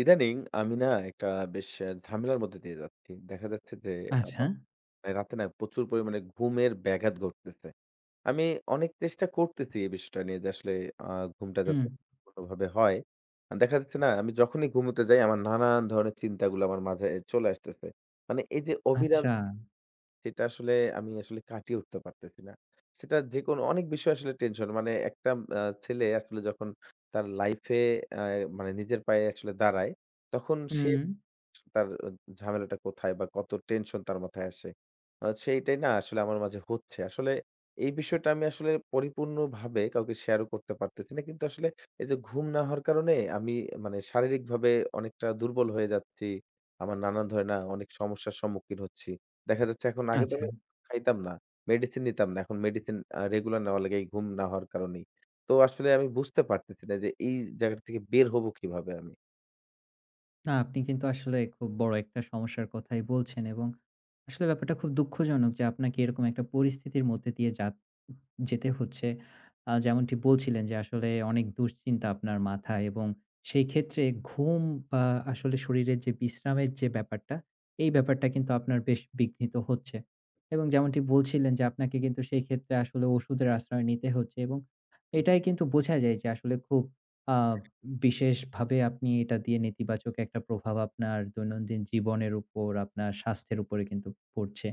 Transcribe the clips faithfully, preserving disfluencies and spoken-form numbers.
ইদানিং আমি না একটা বেশ অ্যা ঝামেলার মধ্যে দিয়ে যাচ্ছি। দেখা যাচ্ছে যে আচ্ছা। আমার অ্যা রাতে না প্রচুর পরিমাণে ঘুমের ব্যাঘাত ঘটতেছে। আমি অনেক চেষ্টা করতেছি এই বিষয়টা নিয়ে যে আসলে আ ঘুমটা হুম, যাতে ভাবে হয়। আ দেখা যাচ্ছে না আমি যখনই ঘুমুতে যাই আমার নানান ধরনের চিন্তাগুলো আমার মাঝে চলে আসতেছে। মানে এই যে অবিরাম আচ্ছা। সেটা আসলে আমি আসলে কাটিয়ে উঠতে পারতেছি না। সেটা যেকোনো অনেক বিষয় আসলে টেনশন। মানে একটা আ ছেলে আসলে যখন তার লাইফ এ আ মানে নিজের পায়ে আসলে দাঁড়ায়, তখন সে হুম, তার অ ঝামেলাটা কোথায় বা কত টেনশন তার মাথায় আসে। আ সেইটাই না আসলে আমার মাঝে হচ্ছে। আসলে এই বিষয়টা আমি আসলে পরিপূর্ণভাবে কাউকে শেয়ারও করতে পারতেছি না। কিন্তু আসলে এই যে ঘুম না হওয়ার কারণে আমি মানে শারীরিকভাবে অনেকটা দুর্বল হয়ে যাচ্ছি। আমার নানান ধরে না অনেক সমস্যার সম্মুখীন হচ্ছি। দেখা যাচ্ছে এখন আগে তো আচ্ছা। আমি খাইতাম না, মেডিসিন নিতাম না। এখন মেডিসিন আ রেগুলার নেওয়া লাগে এই ঘুম না হওয়ার কারণেই। তো আসলে আমি বুঝতে পারতেছি না যে এই জায়গাটা থেকে বের হবো কিভাবে আমি? না আপনি কিন্তু আসলে খুব বড় একটা সমস্যার কথাই বলছেন এবং আসলে ব্যাপারটা খুব দুঃখজনক যে আপনাকে এরকম একটা পরিস্থিতির মধ্যে দিয়ে যা যেতে হচ্ছে। আ যেমনটি বলছিলেন যে আসলে অনেক দুশ্চিন্তা আপনার মাথায় এবং সেই ক্ষেত্রে ঘুম বা আসলে শরীরের যে বিশ্রামের যে ব্যাপারটা, এই ব্যাপারটা কিন্তু আপনার বেশ বিঘ্নিত হচ্ছে। এবং যেমনটি বলছিলেন যে আপনাকে কিন্তু সেই ক্ষেত্রে আসলে ওষুধের আশ্রয় নিতে হচ্ছে এবং এটাই কিন্তু বোঝা যায় যে আসলে খুব আ বিশেষভাবে আপনি এটা দিয়ে নেতিবাচক একটা প্রভাব আপনার দৈনন্দিন জীবনের উপর, আপনার স্বাস্থ্যের উপরে কিন্তু পড়ছে।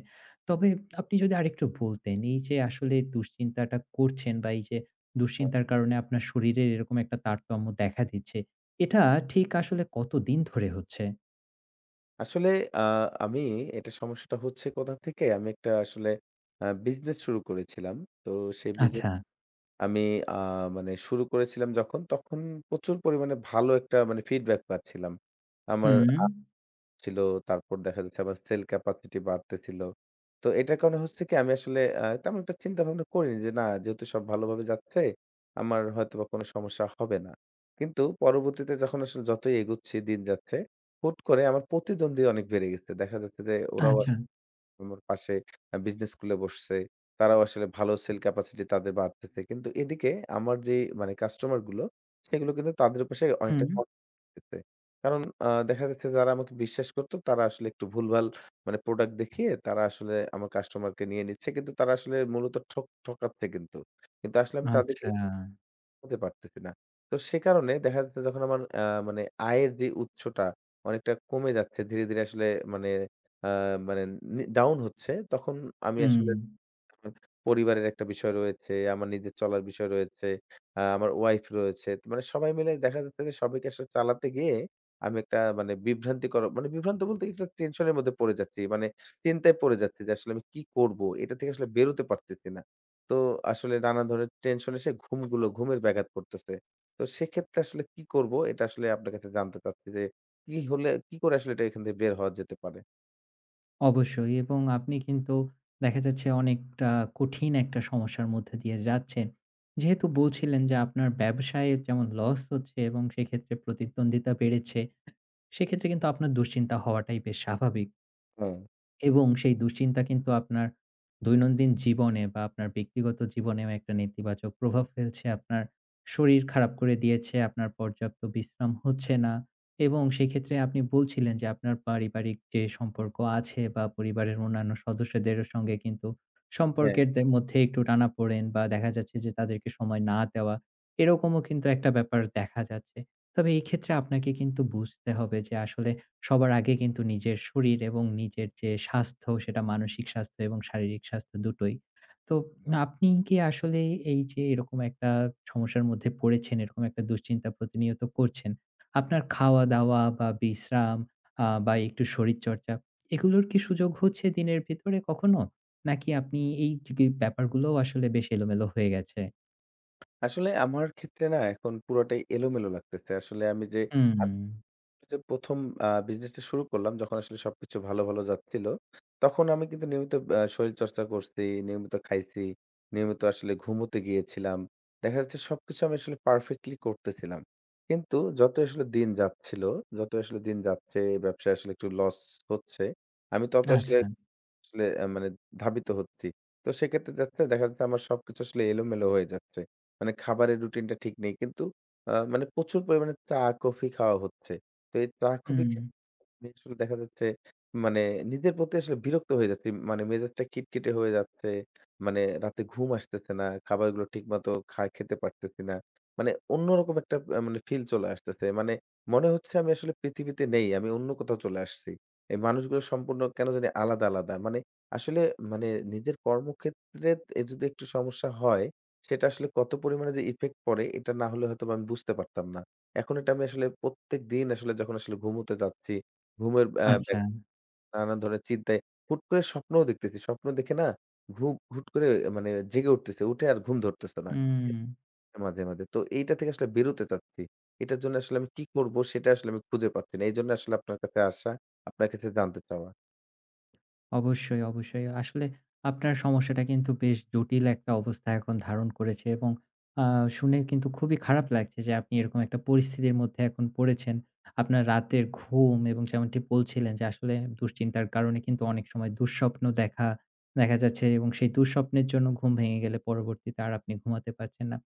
তবে আপনি যদি আরেকটু বলতেন, এই যে আসলে দুশ্চিন্তাটা করছেন বা এই যে দুশ্চিন্তার কারণে আপনার শরীরের এরকম একটা তারতম্য দেখা দিচ্ছে, এটা ঠিক আসলে কতদিন ধরে হচ্ছে? আসলে আ আমি এটা সমস্যাটা হচ্ছে কোথা থেকে? আমি একটা আসলে আ বিজনেস শুরু করেছিলাম। তো সেই বিজনেস আচ্ছা। আমি আ মানে শুরু করেছিলাম যখন, তখন প্রচুর পরিমাণে ভালো একটা মানে ফিডব্যাক পাচ্ছিলাম। আমার হুম। ছিল। তারপর দেখা যাচ্ছে আমার সেল ক্যাপাসিটি বাড়তেছিল। তো এটার কারণে হচ্ছে কি আমি আসলে আ তেমন একটা চিন্তাভাবনা করিনি যে না যেহেতু সব ভালোভাবে যাচ্ছে, আমার হয়তোবা কোনো সমস্যা হবে না। কিন্তু পরবর্তীতে যখন আসলে যতই এগুচ্ছি দিন যাচ্ছে, হুট করে আমার প্রতিদ্বন্দ্বী অনেক বেড়ে গেছে। দেখা যাচ্ছে যে ওরাও আচ্ছা। আমার পাশে আ বিজনেস স্কুলে বসছে। তারাও আসলে ভালো সেল ক্যাপাসিটি তাদের বাড়তেছে। কিন্তু এদিকে আমার যে মানে কাস্টমার গুলো সেগুলো কিন্তু তাদের পাশে হুম। অনেকটা করতেছে। কারণ আ দেখা যাচ্ছে যারা আমাকে বিশ্বাস করত তারা আসলে একটু ভুলভাল মানে প্রোডাক্ট দেখিয়ে তারা আসলে আমার কাস্টমারকে নিয়ে নিচ্ছে। কিন্তু তারা আসলে মূলত ঠক ঠকাচ্ছে কিন্তু। কিন্তু আসলে আমি তাদেরকে আচ্ছা। হতে পারতেছি না। তো সে কারণে দেখা যাচ্ছে যখন আমার আ মানে আয়ের যে উৎসটা অনেকটা কমে যাচ্ছে। ধীরে, ধীরে আসলে মানে আ মানে নি ডাউন হচ্ছে। তখন আমি হুম। আসলে আমার পরিবারের একটা বিষয় রয়েছে, আমার নিজের চলার বিষয় রয়েছে, আ আমার ওয়াইফ রয়েছে। মানে সবাই মিলে দেখা যাচ্ছে যে সবাইকে আসলে চালাতে গিয়ে আমি একটা মানে বিভ্রান্তিকর মানে বিভ্রান্ত বলতে কি, একটা টেনশনের মধ্যে পড়ে যাচ্ছি। মানে চিন্তায় পড়ে যাচ্ছি যে আসলে আমি কি করব? এটা থেকে আসলে বেরোতে পারতেছি না। তো আসলে নানা ধরনের টেনশন এসে ঘুমগুলো ঘুমের ব্যাঘাত করতেছে। তো সেক্ষেত্রে আসলে কি করব? এটা আসলে আপনার কাছে জানতে চাচ্ছি যে কি হলে কি করে আসলে এটা এখান থেকে বের হওয়া যেতে পারে? অবশ্যই এবং আপনি কিন্তু দেখা যাচ্ছে অনেকটা কঠিন একটা সমস্যার মধ্যে দিয়ে যাচ্ছেন। যেহেতু বলছিলেন যে আপনার ব্যবসায় যেমন লস হচ্ছে এবং সেক্ষেত্রে প্রতিদ্বন্দ্বিতা বেড়েছে, সেক্ষেত্রে কিন্তু আপনার দুশ্চিন্তা হওয়াটাই বেশ স্বাভাবিক। হুম, এবং সেই দুশ্চিন্তা কিন্তু আপনার দৈনন্দিন জীবনে বা আপনার ব্যক্তিগত জীবনেও একটা নেতিবাচক প্রভাব ফেলছে। আপনার শরীর খারাপ করে দিয়েছে, আপনার পর্যাপ্ত বিশ্রাম হচ্ছে না এবং সেক্ষেত্রে আপনি বলছিলেন যে আপনার পারিবারিক যে সম্পর্ক আছে বা পরিবারের অন্যান্য সদস্যদের সঙ্গে কিন্তু হ্যাঁ। সম্পর্কের দে মধ্যে একটু টানাপোড়েন বা দেখা যাচ্ছে যে তাদেরকে সময় না দেওয়া, এরকমও কিন্তু একটা ব্যাপার দেখা যাচ্ছে। তবে এই ক্ষেত্রে আপনাকে কিন্তু বুঝতে হবে যে আসলে সবার আগে কিন্তু নিজের শরীর এবং নিজের যে স্বাস্থ্য সেটা মানসিক স্বাস্থ্য এবং শারীরিক স্বাস্থ্য দুটোই। তো আপনি কি আসলে এই যে এরকম একটা সমস্যার মধ্যে পড়েছেন, এরকম একটা দুশ্চিন্তা প্রতিনিয়ত করছেন, আপনার খাওয়া-দাওয়া বা বিশ্রাম আ বা একটু শরীরচর্চা এগুলোর কি সুযোগ হচ্ছে দিনের ভেতরে কখনো? নাকি আপনি এই যে গে ব্যাপারগুলোও আসলে বেশ এলোমেলো হয়ে গেছে? আসলে আমার ক্ষেত্রে না এখন পুরোটাই এলোমেলো লাগতেছে। আসলে আমি যে হুম, আমি যে প্রথম আ বিজনেসটা শুরু করলাম যখন আসলে সবকিছু ভালো, ভালো যাচ্ছিল। তখন আমি কিন্তু নিয়মিত আ শরীরচর্চা করছি, নিয়মিত খাইছি, নিয়মিত আসলে ঘুমোতে গিয়েছিলাম। দেখা যাচ্ছে সবকিছু আমি আসলে পারফেক্টলি করতেছিলাম। কিন্তু যত আসলে দিন যাচ্ছিল, যত আসলে দিন যাচ্ছে ব্যবসায় আসলে একটু লস হচ্ছে। আমি তত আসলে আচ্ছা। আসলে আ মানে ধাবিত হচ্ছি। তো সেক্ষেত্রে যাচ্ছে দেখা যাচ্ছে আমার সবকিছু আসলে এলোমেলো হয়ে যাচ্ছে। মানে খাবারের রুটিনটা ঠিক নেই। কিন্তু আ মানে প্রচুর পরিমাণে চা, কফি খাওয়া হচ্ছে। তো এই চা, কফি হুম, আমি আসলে দেখা যাচ্ছে মানে নিজের প্রতি আসলে বিরক্ত হয়ে যাচ্ছি। মানে মেজাজটা খিটখিটে হয়ে যাচ্ছে। মানে রাতে ঘুম আসতেছে না। খাবারগুলো ঠিকমতো খা খেতে পারতেছি না। মানে অন্যরকম একটা আ মানে ফিল চলে আসতেছে। মানে মনে হচ্ছে আমি আসলে পৃথিবীতে নেই। আমি অন্য কোথাও চলে আসছি। এই মানুষগুলো সম্পূর্ণ কেন জানি আলাদা, আলাদা। মানে আসলে মানে নিজের কর্মক্ষেত্রে এ যদি একটু সমস্যা হয়, সেটা আসলে কত পরিমাণে যে ইফেক্ট পড়ে এটা না হলে হয়তোবা আমি বুঝতে পারতাম না। এখন এটা আমি আসলে প্রত্যেকদিন আসলে যখন আসলে ঘুমুতে যাচ্ছি ঘুমের আ আচ্ছা। ব্যাঘাত, নানা ধরনের চিন্তায় হুট করে স্বপ্নও দেখতেছি। স্বপ্ন দেখে না ঘুম হুট করে মানে জেগে উঠতেছে। উঠে আর ঘুম ধরতেছে না। হুম। মাঝে, মাঝে। তো এইটা থেকে আসলে বেরোতে চাচ্ছি। এটার জন্য আসলে আমি কি করব সেটা আসলে আমি খুঁজে পাচ্ছি না। এইজন্য আসলে আপনার কাছে আসা, আপনার কাছে জানতে চাওয়া। অবশ্যই, অবশ্যই। আসলে আপনার সমস্যাটা কিন্তু বেশ জটিল একটা অবস্থা এখন ধারণ করেছে এবং আ শুনে কিন্তু খুবই খারাপ লাগছে যে আপনি এরকম একটা পরিস্থিতির মধ্যে এখন পড়েছেন। আপনার রাতের ঘুম এবং যেমনটি বলছিলেন যে আসলে দুশ্চিন্তার কারণে কিন্তু অনেক সময় দুঃস্বপ্ন দেখা, দেখা যাচ্ছে এবং সেই দুঃস্বপ্নের জন্য ঘুম ভেঙে গেলে পরবর্তীতে আর আপনি ঘুমাতে পারছেন না।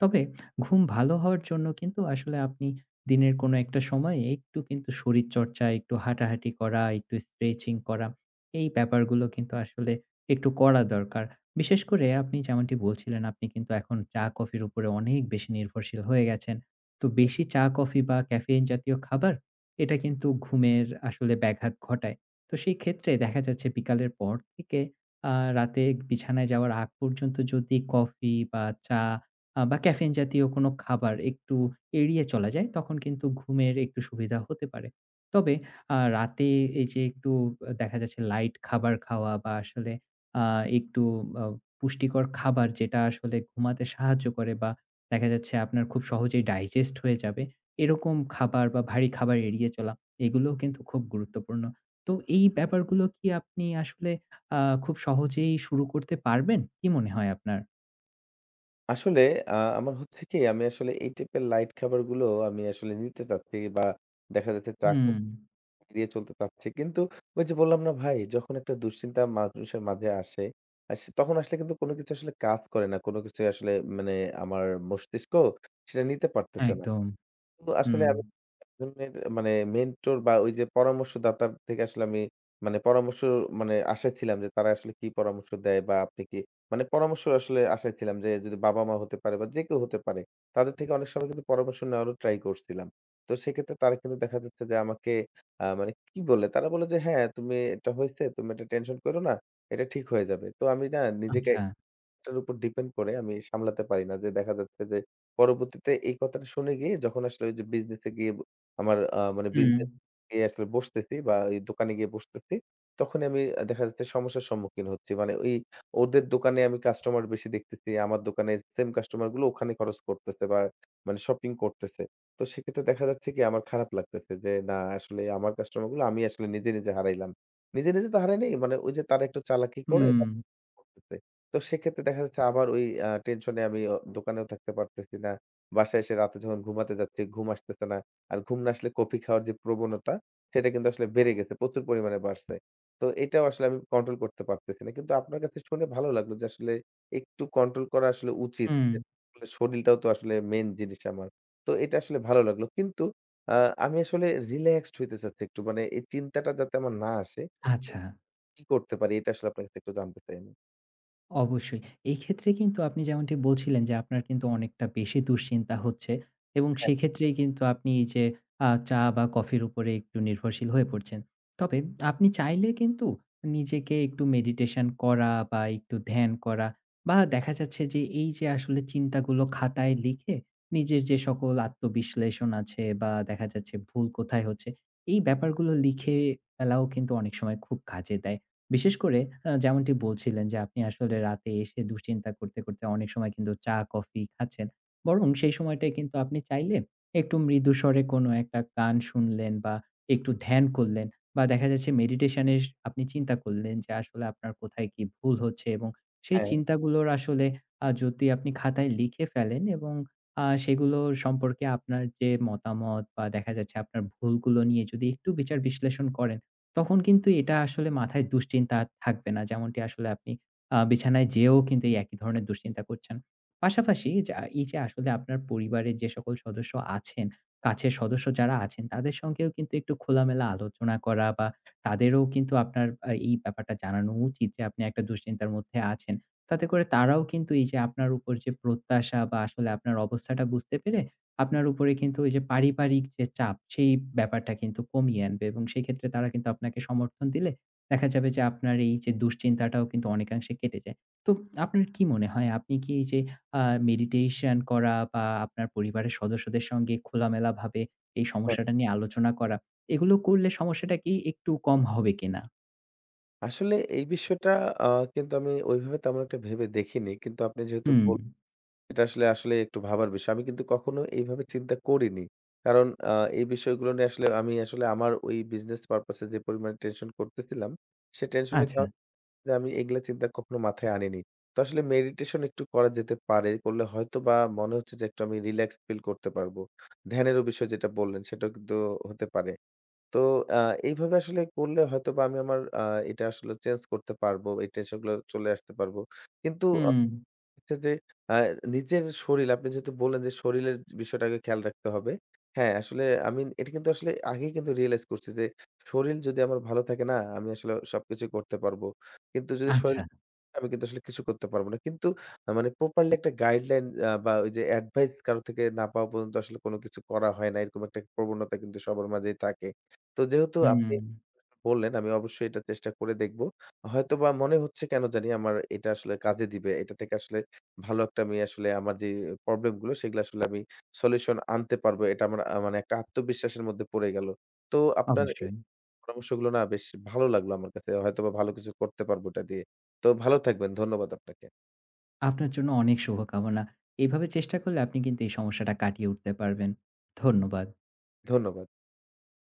তবে ঘুম ভালো হওয়ার জন্য কিন্তু আসলে আপনি দিনের কোনো একটা সময়ে একটু কিন্তু শরীরচর্চা, একটু হাঁটাহাঁটি করা, একটু স্ট্রেচিং করা এই ব্যাপারগুলো কিন্তু আসলে একটু করা দরকার। বিশেষ করে আপনি যেমনটি বলছিলেন, আপনি কিন্তু এখন চা-কফির উপরে অনেক বেশি নির্ভরশীল হয়ে গেছেন। তো বেশি চা-কফি বা ক্যাফেইন জাতীয় খাবার, এটা কিন্তু ঘুমের আসলে ব্যাঘাত ঘটায়। তো সেই ক্ষেত্রে দেখা যাচ্ছে বিকালের পর থেকে আ রাতে বিছানায় যাওয়ার আগ পর্যন্ত যদি কফি বা চা আ বা ক্যাফেইন জাতীয় কোনো খাবার একটু এড়িয়ে চলা যায়, তখন কিন্তু ঘুমের একটু সুবিধা হতে পারে। তবে আ রাতে এই যে একটু দেখা যাচ্ছে লাইট খাবার খাওয়া বা আসলে আ একটু আ পুষ্টিকর খাবার যেটা আসলে ঘুমাতে সাহায্য করে বা দেখা যাচ্ছে আপনার খুব সহজেই ডাইজেস্ট হয়ে যাবে। এরকম খাবার বা ভারী খাবার এড়িয়ে চলা এগুলোও কিন্তু খুব গুরুত্বপূর্ণ। তো এই ব্যাপারগুলো কি আপনি আসলে আ খুব সহজেই শুরু করতে পারবেন? কি মনে হয় আপনার? আসলে আ আমার হচ্ছে কি আমি আসলে এই টাইপের লাইট খাবারগুলো আমি আসলে নিতে চাচ্ছি বা দেখা যাচ্ছে চা হুম, এড়িয়ে চলতে পারছে। কিন্তু ওই যে বললাম না ভাই, যখন একটা দুশ্চিন্তা মানুষের মাঝে আসে, আ সে তখন আসলে কিন্তু কোনো কিছু আসলে কাজ করে না। কোনো কিছুই আসলে মানে আমার মস্তিষ্ক সেটা নিতে পারতেছে না। একদম। তো আসলে হুম, আমি ধরনের মানে মেন্টর বা ওই যে পরামর্শদাতার থেকে আসলে আমি মানে পরামর্শ মানে আশায় ছিলাম যে তারা আসলে কি পরামর্শ দেয় বা আপনি কি মানে পরামর্শ আসলে আশায় ছিলাম যে যদি বাবা মা হতে পারে বা যে কেউ হতে পারে তাদের থেকে অনেক সময় কিন্তু পরামর্শ নেওয়ারও ট্রাই করছিলাম। তো সেক্ষেত্রে তারা কিন্তু দেখা যাচ্ছে যে আমাকে আ মানে কি বলে তারা বলে যে, "হ্যাঁ, তুমি এটা হয়েছে, তুমি এটা টেনশন করো না। এটা ঠিক হয়ে যাবে।" তো আমি না নিজেকে আচ্ছা। এটার উপর ডিপেন্ড করে আমি সামলাতে পারি না। যে দেখা যাচ্ছে যে পরবর্তীতে এই কথাটা শুনে গিয়ে যখন আসলে ওই যে বিজনেসে গিয়ে ব আমার আ মানে হুম, বিজনেস এ আসলে বসতেছি বা এই দোকানে গিয়ে বসতেছি, তখনই আমি আ দেখা যাচ্ছে সমস্যার সম্মুখীন হচ্ছি। মানে ওই ওদের দোকানে আমি কাস্টমার বেশি দেখতেছি। আমার দোকানে সেম কাস্টমার গুলো ওখানে খরচ করতেছে বা মানে শপিং করতেছে। তো সেক্ষেত্রে দেখা যাচ্ছে কি আমার খারাপ লাগতেছে যে না আসলে আমার কাস্টমার গুলো আমি আসলে নিজে, নিজে হারাইলাম। নিজে, নিজে তো হারাই নাই। মানে ওই যে তারা একটু চালাকি করে হুম, করতেছে। তো সেক্ষেত্রে দেখা যাচ্ছে আবার ওই আ টেনশনে আমি অ দোকানেও থাকতে পারতেছি না। বাসায় এসে রাতে যখন ঘুমাতে যাচ্ছি, ঘুম আসতেছে না। আর ঘুম না আসলে কফি খাওয়ার যে প্রবণতা, সেটা কিন্তু আসলে বেড়ে গেছে। প্রচুর পরিমাণে বাড়ছে। তো এটাও আসলে আমি কন্ট্রোল করতে পারতেছি না। কিন্তু আপনার কাছে শুনে ভালো লাগলো যে আসলে একটু কন্ট্রোল করা আসলে উচিত। হুম, যে আসলে শরীরটাও তো আসলে মেইন জিনিস আমার। তো এটা আসলে ভালো লাগলো। কিন্তু আ আমি আসলে রিল্যাক্সড হইতে চাচ্ছি একটু। মানে এই চিন্তাটা যাতে আমার না আসে, সে আচ্ছা। কি করতে পারি? এটা আসলে আপনার কাছে একটু জানতে চাই আমি। অবশ্যই। এই ক্ষেত্রে কিন্তু আপনি যেমনটি বলছিলেন যে, আপনার কিন্তু অনেকটা বেশি দুশ্চিন্তা হচ্ছে এবং সেক্ষেত্রেই কিন্তু আপনি এই যে আ চা বা কফির উপরে একটু নির্ভরশীল হয়ে পড়ছেন। তবে আপনি চাইলে কিন্তু নিজেকে একটু মেডিটেশন করা বা একটু ধ্যান করা বা দেখা যাচ্ছে যে এই যে আসলে চিন্তাগুলো খাতায় লিখে নিজের যে সকল আত্মবিশ্লেষণ আছে বা দেখা যাচ্ছে ভুল কোথায় হচ্ছে, এই ব্যাপারগুলো লিখে ফেলাও কিন্তু অনেক সময় খুব কাজে দেয়। বিশেষ করে আ যেমনটি বলছিলেন যে, আপনি আসলে রাতে এসে দুশ্চিন্তা করতে, করতে অনেক সময় কিন্তু চা-কফি খাচ্ছেন। বরং সেই সময়টায় কিন্তু আপনি চাইলে একটু মৃদু স্বরে কোনো একটা গান শুনলেন বা একটু ধ্যান করলেন বা দেখা যাচ্ছে মেডিটেশন এর আপনি চিন্তা করলেন যে, আসলে আপনার কোথায় কি ভুল হচ্ছে এবং সেই হ্যাঁ, চিন্তাগুলোর আসলে আ যদি আপনি খাতায় লিখে ফেলেন এবং আ সেগুলো সম্পর্কে আপনার যে মতামত বা দেখা যাচ্ছে আপনার ভুলগুলো নিয়ে যদি একটু বিচার বিশ্লেষণ করেন তখন কিন্তু এটা আসলে মাথায় দুশ্চিন্তা আর থাকবে না। যেমনটি আসলে আপনি আ বিছানায় যেয়েও কিন্তু এই একই ধরনের দুশ্চিন্তা করছেন। পাশাপাশি যা এই যে আসলে আপনার পরিবারের যে সকল সদস্য আছেন, কাছের সদস্য যারা আছেন তাদের সঙ্গেও কিন্তু একটু খোলামেলা আলোচনা করা বা তাদেরও কিন্তু আপনার আ এই ব্যাপারটা জানানো উচিত যে আপনি একটা দুশ্চিন্তার মধ্যে আছেন। তাতে করে তারাও কিন্তু এই যে আপনার উপর যে প্রত্যাশা বা আসলে আপনার অবস্থাটা বুঝতে পেরে আপনার উপরে কিন্তু ওই যে পারিবারিক যে চাপ, সেই ব্যাপারটা কিন্তু কমিয়ে আনবে এবং সেক্ষেত্রে তারা কিন্তু আপনাকে সমর্থন দিলে দেখা যাবে যে আপনার এই যে দুশ্চিন্তাটাও কিন্তু অনেকাংশে কেটে যায়। তো আপনার কি মনে হয় আপনি কি এই যে আ মেডিটেশন করা বা আপনার পরিবারের সদস্যদের সঙ্গে খোলামেলাভাবে এই হ্যাঁ। সমস্যাটা নিয়ে আলোচনা করা, এগুলো করলে সমস্যাটা কি একটু কম হবে কিনা? আসলে এই বিষয়টা আ কিন্তু আমি ওইভাবে তেমন একটা ভেবে দেখিনি। কিন্তু আপনি যেহেতু হুম, বল এটা আসলে, আসলে একটু ভাবার বিষয়। আমি কিন্তু কখনো এইভাবে চিন্তা করিনি। কারণ আ এই বিষয়গুলো নিয়ে আসলে আমি আসলে আমার ওই বিজনেস পারপাস এ যে পরিমাণে টেনশন করতেছিলাম, সে টেনশনের আচ্ছা। কারণে আমি এগুলা চিন্তা কখনো মাথায় আনিনি। তো আসলে মেডিটেশন একটু করা যেতে পারে। করলে হয়তোবা মনে হচ্ছে যে একটু আমি রিল্যাক্স ফিল করতে পারবো। ধ্যানেরও বিষয় যেটা বললেন, সেটাও কিন্তু হতে পারে। তো আ এইভাবে আসলে করলে হয়তোবা আমি আমার আ এটা আসলে চেঞ্জ করতে পারবো। এই টেনশনগুলো চলে আসতে পারবো। কিন্তু আ হুম, হচ্ছে যে আ নিজের শরীর আপনি যেহেতু বললেন যে শরীরের বিষয়টাকে খেয়াল রাখতে হবে। হ্যাঁ, আসলে আমি এটা কিন্তু আসলে আগেই কিন্তু রিয়ালাইজ করছি যে শরীর যদি আমার ভালো থাকে না, আমি আসলে সবকিছু করতে পারবো। কিন্তু যদি আচ্ছা। শরীর আমি কিন্তু আসলে কিছু করতে পারব না। কিন্তু আ মানে প্রপারলি একটা গাইডলাইন আ বা ওই যে এডভাইস কারো থেকে না পাওয়া পর্যন্ত আসলে কোনো কিছু করা হয় না। এরকম একটা প্রবণতা কিন্তু সবার মাঝেই থাকে। তো যেহেতু আপনি হুম, বললেন আমি অবশ্যই এটা চেষ্টা করে দেখব। হয়তোবা মনে হচ্ছে কেন জানি আমার এটা আসলে কাজে দিবে। এটা থেকে আসলে ভালো একটা আমি আসলে আমার যে প্রবলেম গুলো সেগুলো আসলে আমি সলিউশন আনতে পারবো। এটা আমার আ মানে একটা আত্মবিশ্বাসের মধ্যে পড়ে গেল। তো আপনার অবশ্যই। পরামর্শগুলো না বেশ ভালো লাগলো আমার কাছে। হয়তোবা ভালো কিছু করতে পারবো এটা দিয়ে। তো ভালো থাকবেন। ধন্যবাদ আপনাকে। আপনার জন্য অনেক শুভকামনা। এভাবে চেষ্টা করলে আপনি কিন্তু এই সমস্যাটা কাটিয়ে উঠতে পারবেন। ধন্যবাদ। ধন্যবাদ।